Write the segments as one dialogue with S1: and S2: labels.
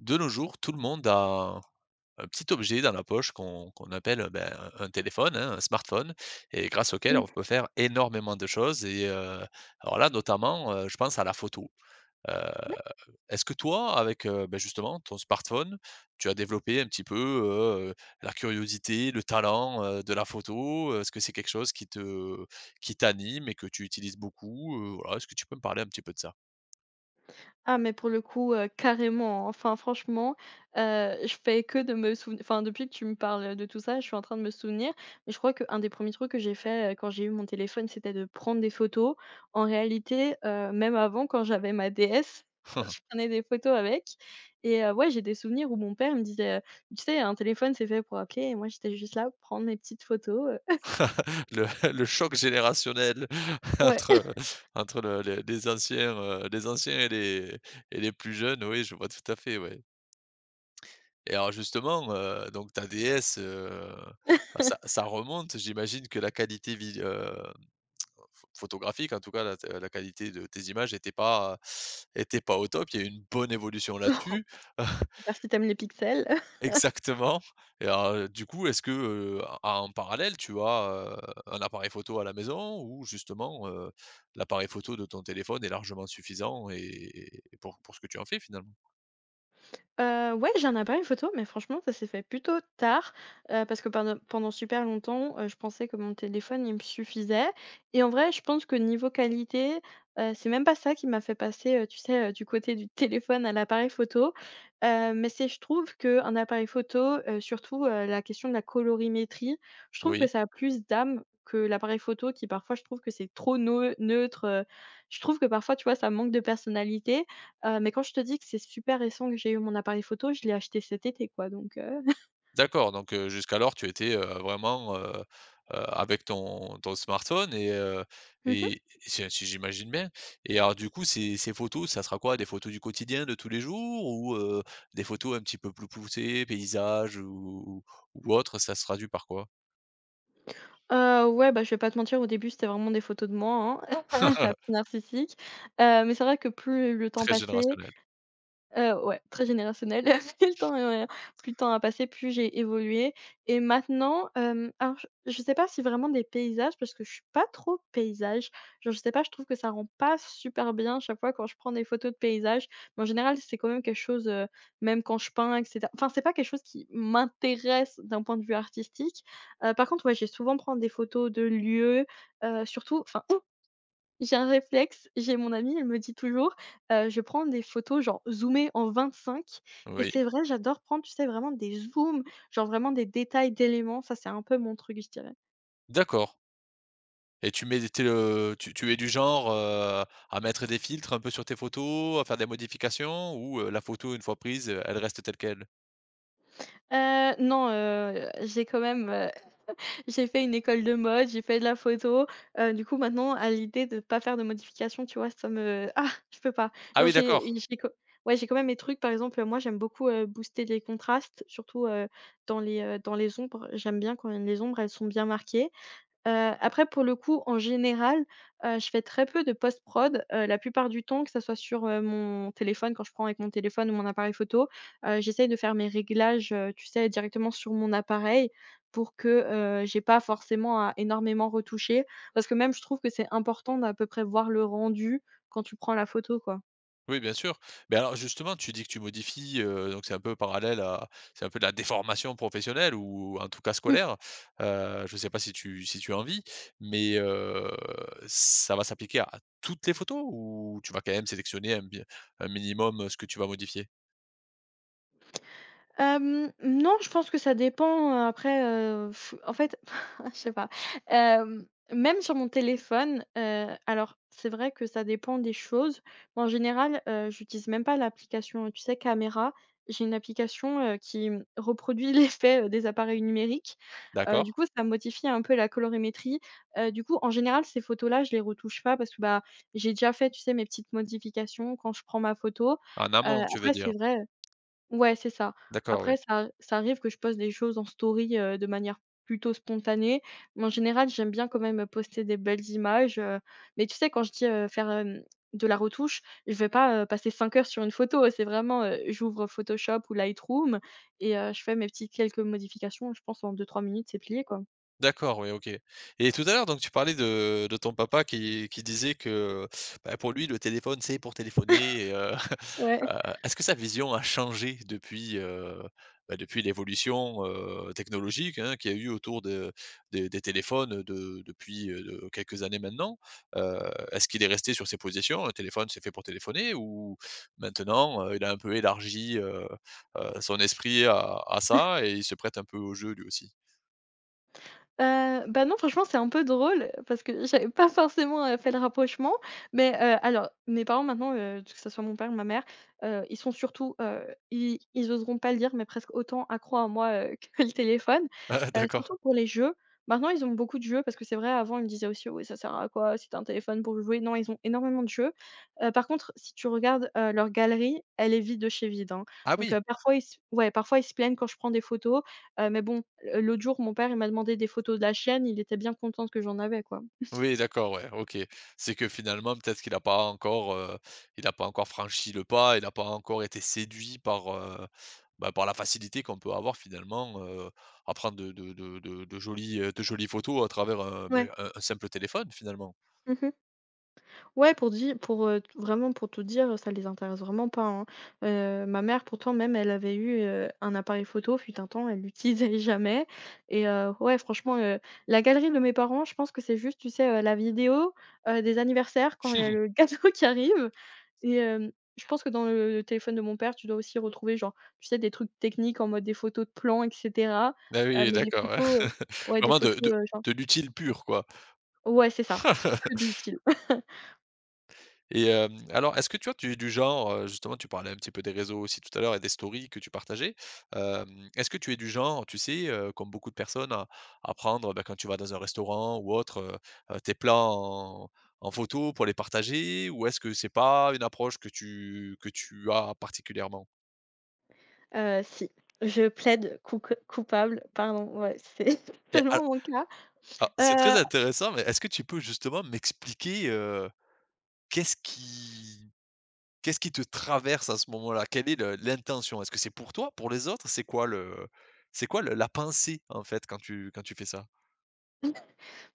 S1: De nos jours, tout le monde a un petit objet dans la poche qu'on appelle, un téléphone, hein, un smartphone et grâce auquel on
S2: Mmh.
S1: peut faire énormément de choses et alors là, notamment, je pense à la photo. Heu, Est-ce que toi, avec, bah, justement ton smartphone, tu as développé un petit peu, heu, la curiosité, le talent, de la photo? Est-ce que c'est quelque chose qui t'anime et que tu utilises beaucoup? Voilà, est-ce que tu peux me parler un petit peu de ça?
S2: Ah mais pour le coup, carrément, hein. Enfin franchement, je fais que de me souv enfin depuis que tu me parles de tout ça, je suis en train de me souvenir, mais je crois qu'un des premiers trucs que j'ai fait, quand j'ai eu mon téléphone, c'était de prendre des photos. En réalité, même avant quand j'avais ma DS, je prenais des photos avec et ouais, j'ai des souvenirs où mon père me disait: «Tu sais, un téléphone, c'est fait pour appeler» et moi j'étais juste là pour prendre mes petites photos.
S1: Le le choc générationnel
S2: Ouais.
S1: entre, entre le les anciens, les anciens et les plus jeunes, oui, je vois tout à fait, ouais. Et alors justement, donc ta déesse, ah ça remonte, j'imagine que la qualité vid photographique en tout cas, la qualité de tes images n'était pas au top, il y a eu une bonne évolution
S2: Bon,
S1: là-dessus.
S2: à part si tu aimes les pixels.
S1: Exactement et du coup, est-ce que, en parallèle, tu as, un appareil photo à la maison ou justement, l'appareil photo de ton téléphone est largement suffisant et pour ce que tu en fais finalement?
S2: Ouais, j'en ai pas une photo, mais franchement, ça s'est fait plutôt tard, parce que pendant super longtemps, je pensais que mon téléphone, il me suffisait et en vrai, je pense que niveau qualité, c'est même pas ça qui m'a fait passer, tu sais, du côté du téléphone à l'appareil photo, mais c'est je trouve qu'un appareil photo, surtout, la question de la colorimétrie, je trouve que
S1: Oui.
S2: ça a plus d'âme que l'appareil photo qui, parfois, je trouve que c'est trop neutre, je trouve que, parfois, tu vois, ça manque de personnalité. Mais quand je te dis que c'est super récent que j'ai eu mon appareil photo, je l'ai acheté cet été quoi donc
S1: D'accord, donc jusqu'alors tu étais, vraiment, avec ton smartphone
S2: Mmh mh.
S1: et si j'imagine bien et alors du coup, ces photos, ça sera quoi? Des photos du quotidien de tous les jours ou des photos un petit peu plus poussées, paysages ou autre, ça se traduit par quoi?
S2: Ouais bah, je vais pas te mentir au début c'était vraiment des photos de moi, hein, la petite narcissique, mais c'est vrai que plus le temps
S1: Très
S2: passait.
S1: générationnel,
S2: Ouais, très générationnel. Plus le temps, heu, plus le temps a passé, plus j'ai évolué et maintenant, alors je sais pas si vraiment des paysages parce que je suis pas trop paysage. Genre je sais pas, je trouve que ça rend pas super bien chaque fois quand je prends des photos de paysages, mais en général, c'est quand même quelque chose, même quand je peins et cetera enfin, c'est pas quelque chose qui m'intéresse d'un point de vue artistique. Par contre, ouais, je vais souvent prendre des photos de lieux, surtout enfin j'ai un réflexe, j'ai mon amie, elle me dit toujours, je prends des photos genre zoomées en 25 et
S1: oui.
S2: c'est vrai, j'adore prendre, tu sais, vraiment des zooms, genre vraiment des détails d'éléments, ça c'est un peu mon truc, je dirais.
S1: D'accord et tu mets tu es, tu tu es du genre, à mettre des filtres un peu sur tes photos, à faire des modifications ou, la photo une fois prise, elle reste telle quelle?
S2: Non, j'ai quand même, j'ai fait une école de mode, j'ai fait de la photo, du coup maintenant à l'idée de pas faire de modifications, tu vois, ça me ah! Je peux pas.
S1: Ah
S2: Genre
S1: oui, d'accord.
S2: j'ai quand ouais, j'ai quand même mes trucs, par exemple, moi j'aime beaucoup, booster les contrastes, surtout, dans les ombres, j'aime bien quand les ombres, elles sont bien marquées. Après pour le coup, en général, je fais très peu de post-prod, la plupart du temps, que ça soit sur, mon téléphone, quand je prends avec mon téléphone ou mon appareil photo, j'essaye de faire mes réglages, tu sais, directement sur mon appareil pour que, j'ai pas forcément à énormément retoucher. Parce que même je trouve que c'est important d'à peu près voir le rendu quand tu prends la photo, quoi.
S1: Oui, bien sûr. Mais alors justement tu dis que tu modifies, donc c'est un peu de la déformation professionnelle ou en tout cas scolaire. Je ne sais pas si tu en vis, mais, ça va s'appliquer à toutes les photos ou tu vas quand même sélectionner un minimum, ce que tu vas modifier?
S2: Non, je pense que ça dépend, après, en fait, je sais pas. Même sur mon téléphone, alors c'est vrai que ça dépend des choses, mais en général, j'utilise même pas l'application, tu sais, caméra. J'ai une application, qui, mmh, reproduit l'effet, des appareils numériques. Heu,
S1: D'accord.
S2: du coup, ça modifie un peu la colorimétrie. Du coup, en général, ces photos-là, je les retouche pas parce que, bah, j'ai déjà fait, tu sais, mes petites modifications quand je prends ma photo.
S1: En
S2: Heu,
S1: amont, tu veux
S2: après
S1: dire?
S2: c'est vrai. Ouais, c'est ça.
S1: D'accord, oui.
S2: Après ça ça arrive que je poste des choses en story, de manière plutôt spontanée, mais en général, j'aime bien quand même poster des belles images, mais tu sais, quand je dis, faire, de la retouche, je vais pas, passer 5 heures sur une photo, hein. C'est vraiment, j'ouvre Photoshop ou Lightroom et je fais mes petites quelques modifications. Je pense en deux trois minutes, c'est plié, quoi.
S1: D'accord, oui, OK, et tout à l'heure, donc tu parlais de ton papa qui disait que, bah, pour lui, le téléphone, c'est pour téléphoner et heu,
S2: Ouais.
S1: est-ce que sa vision a changé depuis, bah, depuis l'évolution, technologique, hein, qu'il y a eu autour de des téléphones de depuis, de quelques années maintenant? Heu, Est-ce qu'il est resté sur ses positions? Le téléphone, c'est fait pour téléphoner ou maintenant, il a un peu élargi, son esprit à ça et il se prête un peu au jeu lui aussi?
S2: Bah, non, franchement, c'est un peu drôle parce que j'avais pas forcément, fait le rapprochement, mais, alors mes parents maintenant, que ce soit mon père ou ma mère, ils sont surtout, ils oseront pas le dire, mais presque autant accros à moi, que le téléphone,
S1: Ah, d'accord.
S2: surtout pour les jeux. Maintenant, ils ont beaucoup de jeux parce que c'est vrai, avant, ils me disaient aussi: «Oui, ça sert à quoi si tu as un téléphone pour jouer?» Non, ils ont énormément de jeux. Par contre, si tu regardes, leur galerie, elle est vide de chez vide, hein,
S1: Ah
S2: donc,
S1: oui!
S2: parfois ils se ouais, parfois ils se plaignent quand je prends des photos, mais bon. L'autre jour, mon père, il m'a demandé des photos de la chienne, il était bien content que j'en avais, quoi.
S1: Oui, d'accord, ouais, OK. C'est que finalement, peut-être qu'il a pas encore, il a pas encore franchi le pas, il a pas encore été séduit par, bah, par la facilité qu'on peut avoir finalement, à prendre de jolies, de jolies photos à travers un, beh,
S2: Ouais.
S1: un simple téléphone finalement.
S2: Mmh. Ouais, pour dire pour, t vraiment pour tout dire, ça les intéresse vraiment pas, hein. Ma mère pourtant même elle avait eu, un appareil photo fut un temps, elle l'utilisait jamais et ouais franchement, la galerie de mes parents, je pense que c'est juste, tu sais, la vidéo, des anniversaires quand il y a le gâteau qui arrive et je pense que dans le téléphone de mon père, tu dois aussi retrouver genre, tu sais, des trucs techniques en mode des photos de plans et cetera,
S1: Ah oui,
S2: mais des
S1: d'accord, ouais.
S2: photos, ouais des
S1: Vraiment de
S2: photos,
S1: de
S2: genre
S1: de l'utile pur quoi.
S2: ouais c'est ça, que de l'utile.
S1: Et hem, alors, est-ce que toi, tu es du genre, justement, tu parlais un petit peu des réseaux aussi tout à l'heure et des stories que tu partageais. Hem, est-ce que tu es du genre, tu sais, comme beaucoup de personnes à prendre, bah, quand tu vas dans un restaurant ou autre, tes plats en photo pour les partager? Ou est-ce que c'est pas une approche que tu as particulièrement?
S2: Si, je plaide couc coupable, pardon, ouais, c'est
S1: Et al
S2: tellement mon cas.
S1: ah, c'est
S2: Euh,
S1: très intéressant, mais est-ce que tu peux justement m'expliquer, qu'est-ce qui Qu'est-ce qui te traverse à ce moment-là? Quelle est le l'intention? Est-ce que c'est pour toi, pour les autres? C'est quoi le la pensée, en fait, quand tu fais ça?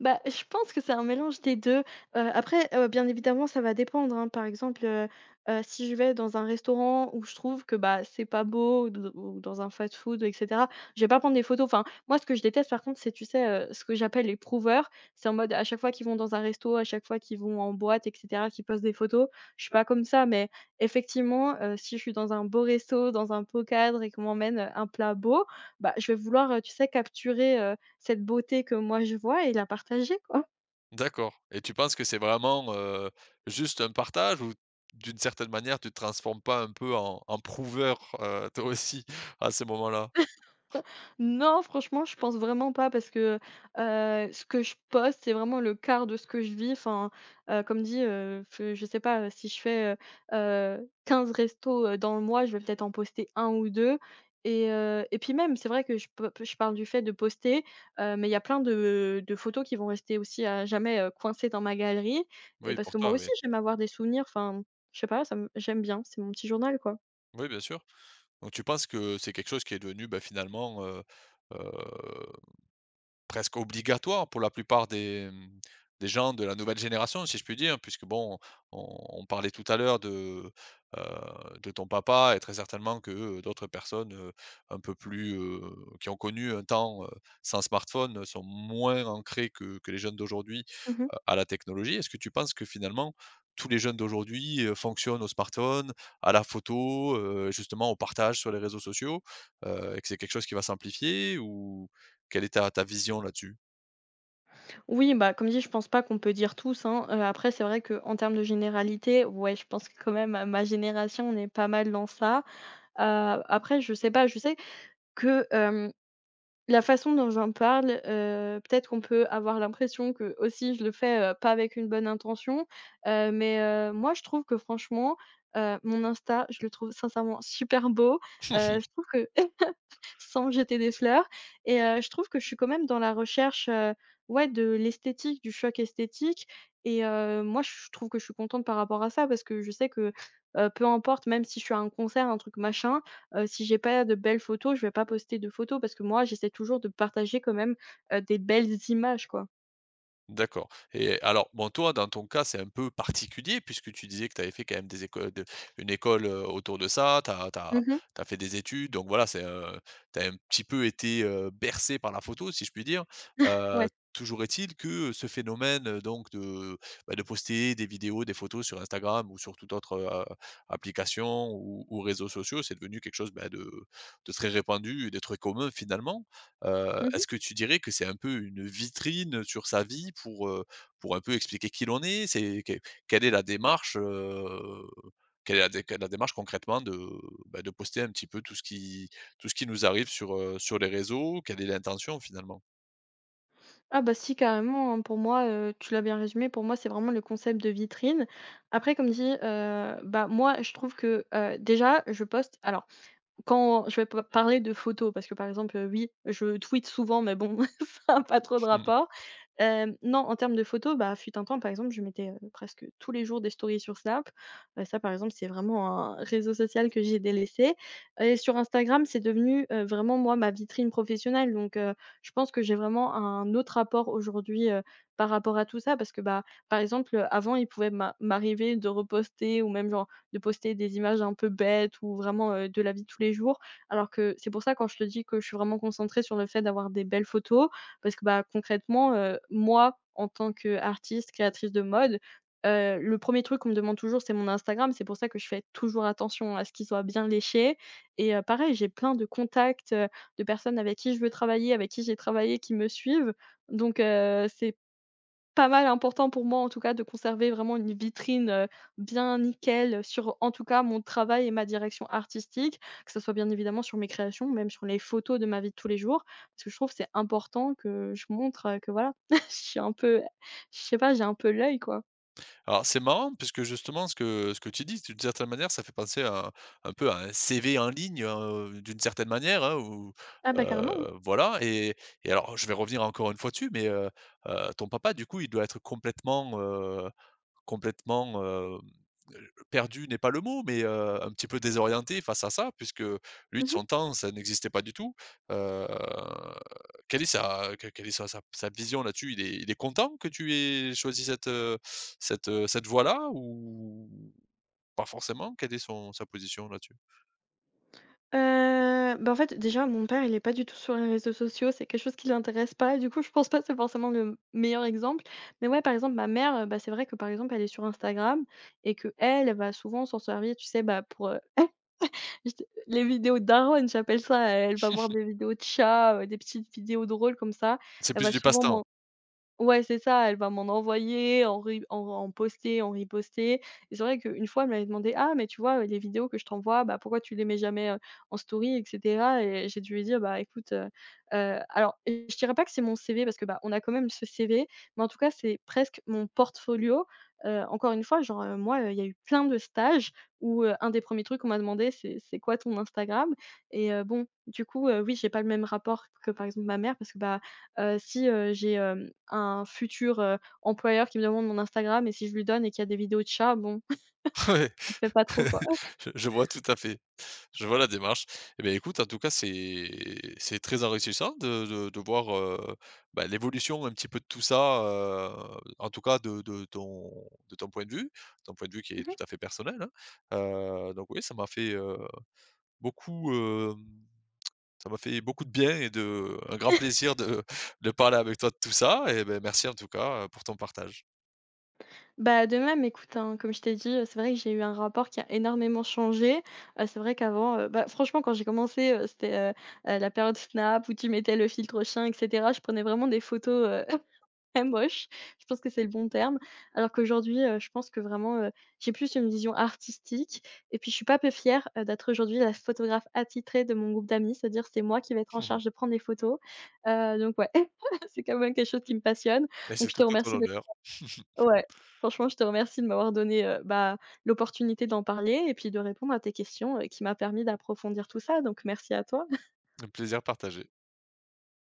S2: Bah, je pense que c'est un mélange des 2. Après, bien évidemment, ça va dépendre, hein. Par exemple, si je vais dans un restaurant où je trouve que, bah, c'est pas beau ou d ou dans un fast-food et cetera, je vais pas prendre des photos. Enfin, moi, ce que je déteste, par contre, c'est, tu sais, ce que j'appelle les prouveurs. C'est en mode, à chaque fois qu'ils vont dans un resto, à chaque fois qu'ils vont en boîte et cetera, qu'ils postent des photos. Je suis pas comme ça, mais effectivement, si je suis dans un beau resto, dans un beau cadre et qu'on m'emmène, un plat beau, bah, je vais vouloir, tu sais, capturer, cette beauté que moi je vois et la partager, quoi.
S1: D'accord et tu penses que c'est vraiment, juste un partage ou d'une certaine manière, tu te transformes pas un peu en prouveur, toi aussi à ce moment-là?
S2: Non, franchement, je pense vraiment pas parce que, ce que je poste, c'est vraiment le quart de ce que je vis. Enfin, comme dit, fe je sais pas, si je fais, 15 restos, dans le mois, je vais peut-être en poster un ou 2. Et puis même, c'est vrai que je parle du fait de poster, mais il y a plein de photos qui vont rester aussi à jamais, coincées dans ma galerie et
S1: Oui,
S2: parce
S1: pour
S2: que moi
S1: toi, oui.
S2: aussi, j'aime avoir des souvenirs. Enfin, je sais pas, ça me j'aime bien, c'est mon petit journal, quoi.
S1: Oui, bien sûr. Donc tu penses que c'est quelque chose qui est devenu, bah, finalement, heu, presque obligatoire pour la plupart des, mmh, des gens de la nouvelle génération, si je puis dire, puisque bon, on on parlait tout à l'heure heu, de ton papa et très certainement que, d'autres personnes, un peu plus, qui ont connu un temps, sans smartphone, sont moins ancrées que les jeunes d'aujourd'hui,
S2: Mmh.
S1: à la technologie. Est-ce que tu penses que finalement, tous les jeunes d'aujourd'hui, fonctionnent au smartphone, à la photo, justement au partage sur les réseaux sociaux, et que c'est quelque chose qui va s'amplifier ou quelle est ta vision là-dessus?
S2: Oui, bah, comme dit, je pense pas qu'on peut dire tous, hein. Après, c'est vrai qu'en termes de généralité, ouais, je pense que quand même, à ma génération, on est pas mal dans ça. Après, je sais pas, je sais que, la façon dont j'en parle, peut-être qu'on peut avoir l'impression que aussi je le fais, pas avec une bonne intention. Mais, moi, je trouve que franchement, mon Insta, je le trouve sincèrement super beau. Je trouve que sans jeter des fleurs et je trouve que je suis quand même dans la recherche, ouais, de l'esthétique, du choc esthétique et moi, je trouve que je suis contente par rapport à ça parce que je sais que, peu importe, même si je suis à un concert, un truc machin, si j'ai pas de belles photos, je vais pas poster de photos parce que moi, j'essaie toujours de partager quand même, des belles images, quoi.
S1: D'accord et alors, bon, toi, dans ton cas, c'est un peu particulier puisque tu disais que tu avais fait quand même des écoles de une école, autour de ça, tu as
S2: Mmh.
S1: fait des études, donc voilà, c'est, tu as un petit peu été, bercé par la photo, si je puis dire.
S2: Ouais.
S1: Toujours est-il que ce phénomène, donc de, bah, de poster des vidéos, des photos sur Instagram ou sur toute autre, application ou réseaux sociaux, c'est devenu quelque chose, bah, de très répandu et de très commun finalement.
S2: Mmh.
S1: Est-ce que tu dirais que c'est un peu une vitrine sur sa vie pour un peu expliquer qui l'on est? C'est que quelle est la démarche, quelle est la démarche concrètement de, bah, de poster un petit peu tout ce qui nous arrive sur, sur les réseaux? Quelle est l'intention finalement?
S2: Ah bah si, carrément, hein, pour moi, tu l'as bien résumé, pour moi, c'est vraiment le concept de vitrine. Après, comme dit, bah, moi, je trouve que, déjà, je poste alors quand je vais pa parler de photos, parce que, par exemple, oui, je tweete souvent, mais bon, ça a pas trop de
S1: Mmh.
S2: rapport. Non, en termes de photos, fut un temps, par exemple, je mettais, presque tous les jours des stories sur Snap. Ça, par exemple, c'est vraiment un réseau social que j'ai délaissé et sur Instagram, c'est devenu, vraiment, moi, ma vitrine professionnelle donc je pense que j'ai vraiment un autre rapport aujourd'hui, par rapport à tout ça parce que, bah, par exemple, avant, il pouvait m'arriver de reposter ou même, genre, de poster des images un peu bêtes ou vraiment, de la vie de tous les jours alors que c'est pour ça, quand je te dis que je suis vraiment concentrée sur le fait d'avoir des belles photos, parce que, bah, concrètement, moi, en tant qu'artiste, créatrice de mode, le premier truc qu'on me demande toujours, c'est mon Instagram. C'est pour ça que je fais toujours attention à ce qu'il soit bien léché et pareil, j'ai plein de contacts, de personnes avec qui je veux travailler, avec qui j'ai travaillé, qui me suivent donc c'est pas mal important pour moi, en tout cas, de conserver vraiment une vitrine, bien nickel sur, en tout cas, mon travail et ma direction artistique, que ce soit bien évidemment sur mes créations, même sur les photos de ma vie de tous les jours. Parce que je trouve que c'est important que je montre, que voilà, je suis un peu, je sais pas, j'ai un peu l'œil, quoi.
S1: Alors c'est marrant puisque justement ce que tu dis, d'une certaine manière, ça fait penser à un peu à un CV en ligne, d'une certaine manière, hein, où,
S2: Ah bah, carrément, hein.
S1: voilà et alors je vais revenir encore une fois dessus mais, ton papa du coup il doit être complètement, euh, complètement, perdu n'est pas le mot, mais, un petit peu désorienté face à ça puisque lui, de
S2: Mmh.
S1: son temps, ça n'existait pas du tout. Heu, Quelle est sa que quelle est sa sa sa vision là-dessus? Il est content que tu aies choisi cette, cette, cette voie-là ou pas forcément? Quelle est son sa position là-dessus?
S2: Bah, en fait, déjà, mon père, il est pas du tout sur les réseaux sociaux, c'est quelque chose qui l'intéresse pas. Du coup, je pense pas que c'est forcément le meilleur exemple. Mais ouais, par exemple, ma mère, bah, c'est vrai que, par exemple, elle est sur Instagram et que elle va souvent s'en servir, tu sais, bah, pour, juste les vidéos darons, j'appelle ça. Elle va voir des vidéos de chats, des petites vidéos drôles comme ça.
S1: C'est
S2: Elle
S1: plus
S2: va
S1: du
S2: souvent
S1: passe-temps.
S2: m'en… Ouais, c'est ça, elle va m'en envoyer, en ri en en poster, en riposter. Et c'est vrai qu'une fois, elle m'avait demandé: «Ah, mais tu vois, les vidéos que je t'envoie, bah, pourquoi tu les mets jamais, en story et cetera ?» et j'ai dû lui dire: «Bah, écoute,» alors, je dirais pas que c'est mon CV parce que, bah, on a quand même ce CV, mais en tout cas, c'est presque mon portfolio. Encore une fois, genre, moi, il y a eu plein de stages où, un des premiers trucs qu'on m'a demandé, c'est: «C'est quoi ton Instagram ?» et bon, du coup, oui, j'ai pas le même rapport que, par exemple, ma mère parce que, bah, si, j'ai, un futur, employeur qui me demande mon Instagram et si je lui donne et qu'il y a des vidéos de chats, bon,
S1: Ouais,
S2: ça me fait pas trop, quoi.
S1: je vois tout à fait. Je vois la démarche. Eh bien, écoute, en tout cas, c'est très enrichissant de voir, bah, l'évolution un petit peu de tout ça, en tout cas de ton de ton point de vue, ton point de vue qui est
S2: Mmh.
S1: tout à fait personnel, hein. Donc oui, beaucoup, hem, ça m'a fait beaucoup de bien et de un grand plaisir de parler avec toi de tout ça et ben merci en tout cas, pour ton partage.
S2: Bah, de même, écoute, hein, comme je t'ai dit, c'est vrai que j'ai eu un rapport qui a énormément changé. C'est vrai qu'avant, bah, franchement, quand j'ai commencé, c'était, la période Snap où tu mettais le filtre chien et cetera. Je prenais vraiment des photos, très moches. Je pense que c'est le bon terme. Alors qu'aujourd'hui, je pense que vraiment, j'ai plus une vision artistique et puis je suis pas peu fière, d'être aujourd'hui la photographe attitrée de mon groupe d'amis. C'est-à-dire, c'est moi qui vais être en charge de prendre des photos. Donc ouais, c'est quand même quelque chose qui me passionne.
S1: Et
S2: Donc
S1: c'est
S2: je
S1: tout
S2: te
S1: à ton
S2: remercie de…
S1: honneur.
S2: Ouais, franchement, je te remercie de m'avoir donné, bah, l'opportunité d'en parler et puis de répondre à tes questions, qui m'a permis d'approfondir tout ça, donc merci à toi.
S1: Un plaisir partagé.